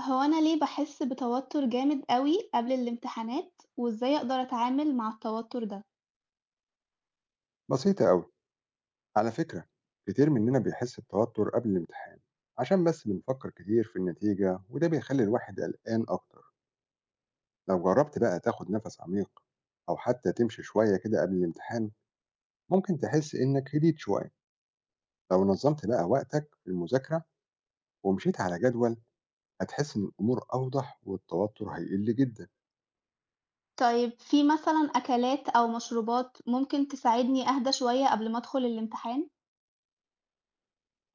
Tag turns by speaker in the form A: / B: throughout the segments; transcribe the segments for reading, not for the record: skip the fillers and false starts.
A: هو أنا ليه باحس بتوتر جامد أوي قبل الامتحانات، وإزاي أقدر أتعامل مع التوتر ده؟
B: بسيطة أوي على فكرة. كتير مننا بيحس بتوتر قبل الامتحان عشان بس بنفكر كتير في النتيجة وده بيخلي الواحد قلقان أكتر. لو جربت بقى تاخد نفس عميق أو حتى تمشي شوية كده قبل الامتحان، ممكن تحس إنك هديت شوية. لو نظمت بقى وقتك في المذاكرة ومشيت على جدول، هتحس إن الأمور أوضح والتوتر هيقل جدا.
A: طيب في مثلًا أكلات أو مشروبات ممكن تساعدني أهدى شوية قبل ما أدخل الامتحان؟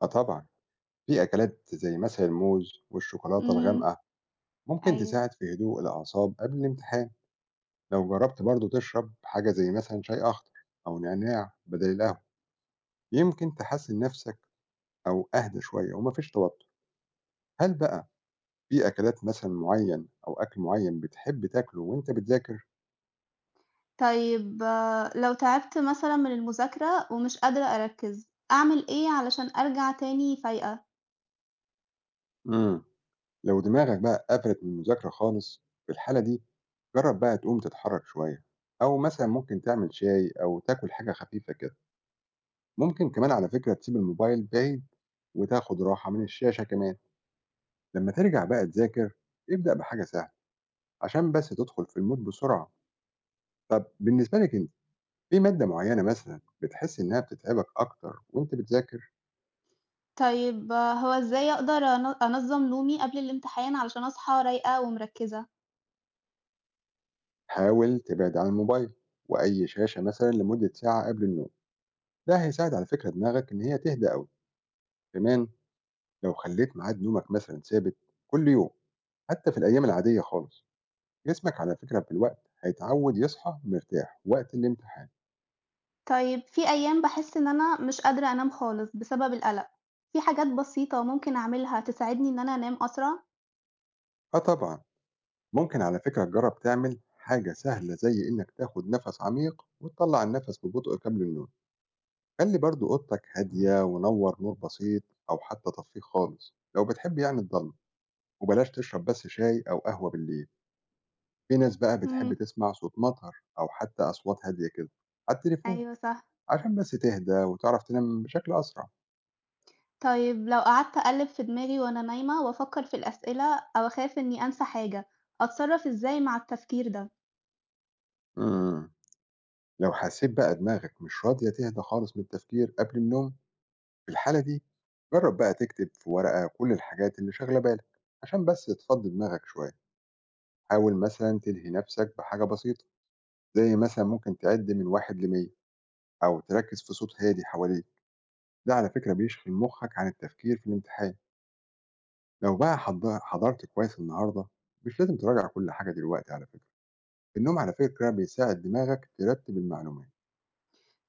B: آه طبعا، في أكلات زي مثلا الموز والشوكولاتة
A: إمم،
B: الغامقة ممكن
A: أيوه.
B: تساعد في هدوء الأعصاب قبل الامتحان. لو جربت برضه تشرب حاجة زي مثلا شاي أخضر أو نعناع بدل القهوة، يمكن تحسن نفسك أو أهدى شوية ومفيش توتر. هل بقى في أكلات مثلا معين أو أكل معين بتحب تاكله وأنت بتذاكر؟
A: طيب آه، لو تعبت مثلًا من المذاكرة ومش قادرة أركّز، أعمل إيه علشان أرجع تاني فايقة؟
B: مم. لو دماغك بقى قفلت من المذاكرة خالص، في الحالة دي جرب بقى تقوم تتحرك شوية، أو مثلا ممكن تعمل شاي أو تاكل حاجة خفيفة كده. ممكن كمان على فكرة تسيب الموبايل بعيد وتاخد راحة من الشاشة كمان. لما ترجع بقى تذاكر، ابدأ بحاجة سهلة عشان بس تدخل في المود بسرعة. طب بالنسبة لك انت، في مادة معينة مثلا بتحس انها بتتعبك اكتر وانت بتذاكر؟
A: طيب آه، هو إزاي أقدر أن أنظّم نومي قبل الامتحان علشان أصحى رايقة ومركّزة؟
B: حاول تبعد عن الموبايل واي شاشة مثلا لمدة ساعة قبل النوم. ده هيساعد على فكرة دماغك ان هي تهدى قوي. كمان، لو خليت ميعاد نومك مثلا ثابت كل يوم، حتى في الايام العادية خالص، جسمك على فكرة بالوقت هيتعود يصحى مرتاح وقت الامتحان.
A: طيب في أيام باحس إن أنا مش قادرة أنام خالص بسبب القلق، في حاجات بسيطة ممكن أعملها تساعدني إن أنا أنام أسرع؟
B: اه طبعا. ممكن على فكرة تجرب تعمل حاجة سهلة زي انك تاخد نفس عميق وتطلع النفس ببطء قبل النوم. خلّي برضه أوضتك هادية ونوّر نور بسيط، أو حتى طفّيه خالص لو بتحب يعني الضلمة، وبلاش تشرب بس شاي أو قهوة بالليل. في ناس بقى بتحب
A: إمم،
B: تسمع صوت مطر أو حتى أصوات هادية كده على التليفون
A: أيوه صح.
B: عشان بس تهدى وتعرف تنام بشكل أسرع.
A: طيب لو قعدت أقلِّب في دماغي وأنا نايمة وأفكر في الأسئلة أو أخاف إني أنسى حاجة، أتصرّف إزاي مع التفكير ده؟
B: إمم، لو حسيت بقى دماغك مش راضية تهدى خالص من التفكير قبل النوم، في الحالة دي جرّب بقى تكتب في ورقة كل الحاجات اللي شاغلة بالك عشان بس تفضّي دماغك شوية. حاول مثلًا تلهي نفسك بحاجة بسيطة، زي مثلا ممكن تعد من 1 ل100، أو تركز في صوت هادي حواليك. ده على فكرة بيشغل مخك عن التفكير في الامتحان. لو بقى حضرت كويس النهاردة، مش لازم تراجع كل حاجة دلوقتي. على فكرة النوم على فكرة بيساعد دماغك ترتب المعلومات.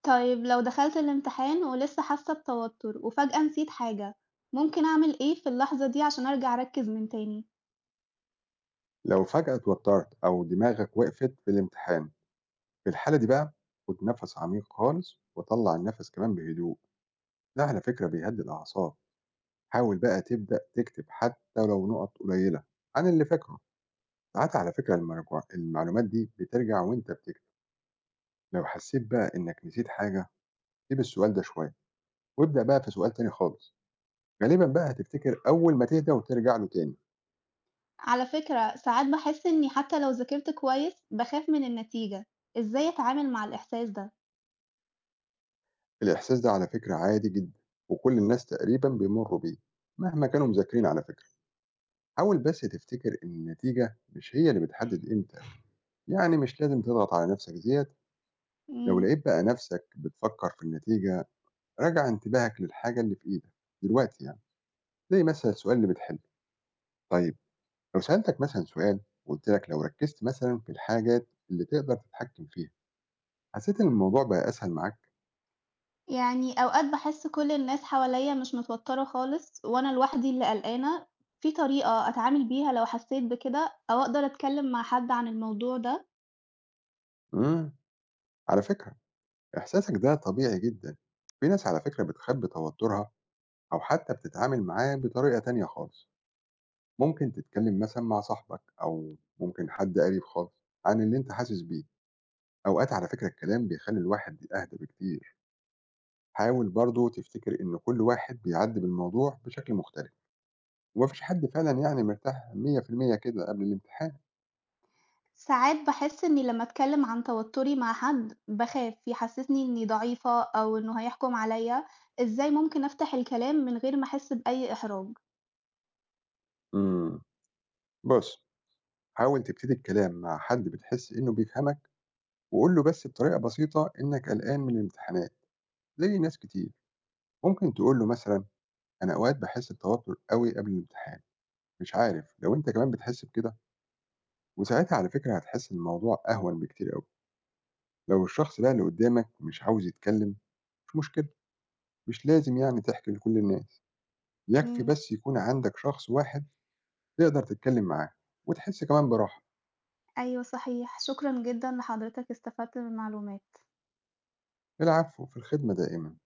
A: طيب لو دخلت الامتحان ولسه حاسة بتوتر وفجأة نسيت حاجة، ممكن أعمل إيه في اللحظة دي عشان أرجع أركّز من تاني؟
B: لو فجأة اتوترت أو دماغك وقفت في الامتحان، في الحالة دي بقى خد نفس عميق خالص وطلع النفس كمان بهدوء. ده على فكرة بيهدي الأعصاب. حاول بقى تبدأ تكتب حتى لو نقط قليلة عن اللي فاكره. ساعات على فكرة المرجوع المعلومات دي بترجع وانت بتكتب. لو حسيت بقى انك نسيت حاجة، سيب السؤال ده شوية وابدأ بقى في سؤال تاني خالص. غالبا بقى هتفتكر اول ما تهدى وترجع له تاني.
A: على فكرة ساعات باحس إني حتى لو ذاكرت كويس باخاف من النتيجة، إزاي أتعامل مع الإحساس ده؟
B: الاحساس ده على فكرة عادي جدا، وكل الناس تقريبا بيمروا بيه مهما كانوا مذاكرين. على فكرة حاول بس تفتكر ان النتيجة مش هي اللي بتحدد امتى، يعني مش لازم تضغط على نفسك زيادة. لو
A: مم.
B: لقيت بقى نفسك بتفكر في النتيجة، راجع انتباهك للحاجة اللي في ايدك دلوقتي، يعني زي مثلا السؤال اللي بتحله. طيب، لو سألتك مثلًا سؤال، وقُلت لك لو ركّزت مثلًا في الحاجات اللي تقدر تتحكّم فيها، حسّيت إن الموضوع بقى أسهل معاك؟
A: يعني أوقات باحس كل الناس حواليا مش متوترة خالص وأنا لوحدي اللي قلقانة، في طريقة أتعامل بيها لو حسيت بكده أو أقدر أتكلم مع حد عن الموضوع ده؟
B: إمم، على فكرة إحساسك ده طبيعي جدًا. في ناس على فكرة بتخبّي توتُّرها أو حتّى بتتعامل معاه بطريقة تانية خالص. ممكن تتكلّم مثلًا مع صاحبك أو ممكن حد قريب خالص عن اللي أنت حاسس بيه. أوقات على فكرة الكلام بيخلّي الواحد أهدى بكتير. حاول برضه تفتكر إن كل واحد بيعدّي بالموضوع بشكل مختلف، وما فيش حد فعلًا يعني مرتاح 100% كده قبل الامتحان.
A: ساعات باحس إني لما أتكلم عن توتري مع حد باخاف يحسسني إني ضعيفة أو إنه هيحكم عليا، إزاي ممكن أفتح الكلام من غير ما أحس بأي إحراج؟
B: إمم. بُص، حاول تبتدي الكلام مع حد بتحس إنه بيفهمك، وقُل له بس بطريقة بسيطة إنّك قلقان من الامتحانات زي ناس كتير. ممكن تقول له مثلًا: أنا أوقات باحس بتوتر أوي قبل الامتحان، مش عارف لو أنت كمان بتحس بكده؟ وساعتها على فكرة هتحس إن الموضوع أهون بكتير أوي. لو الشخص بقى اللي قدّامك مش عاوز يتكلّم، مش مشكلة، مش لازم يعني تحكي لكل الناس. يكفي
A: مم.
B: بس يكون عندك شخص واحد تقدر تتكلّم معاه وتحس كمان براحة.
A: أيوه صحيح، شكرًا جدًا لحضرتك، استفدت من المعلومات.
B: العفو، في الخدمة دائمًا.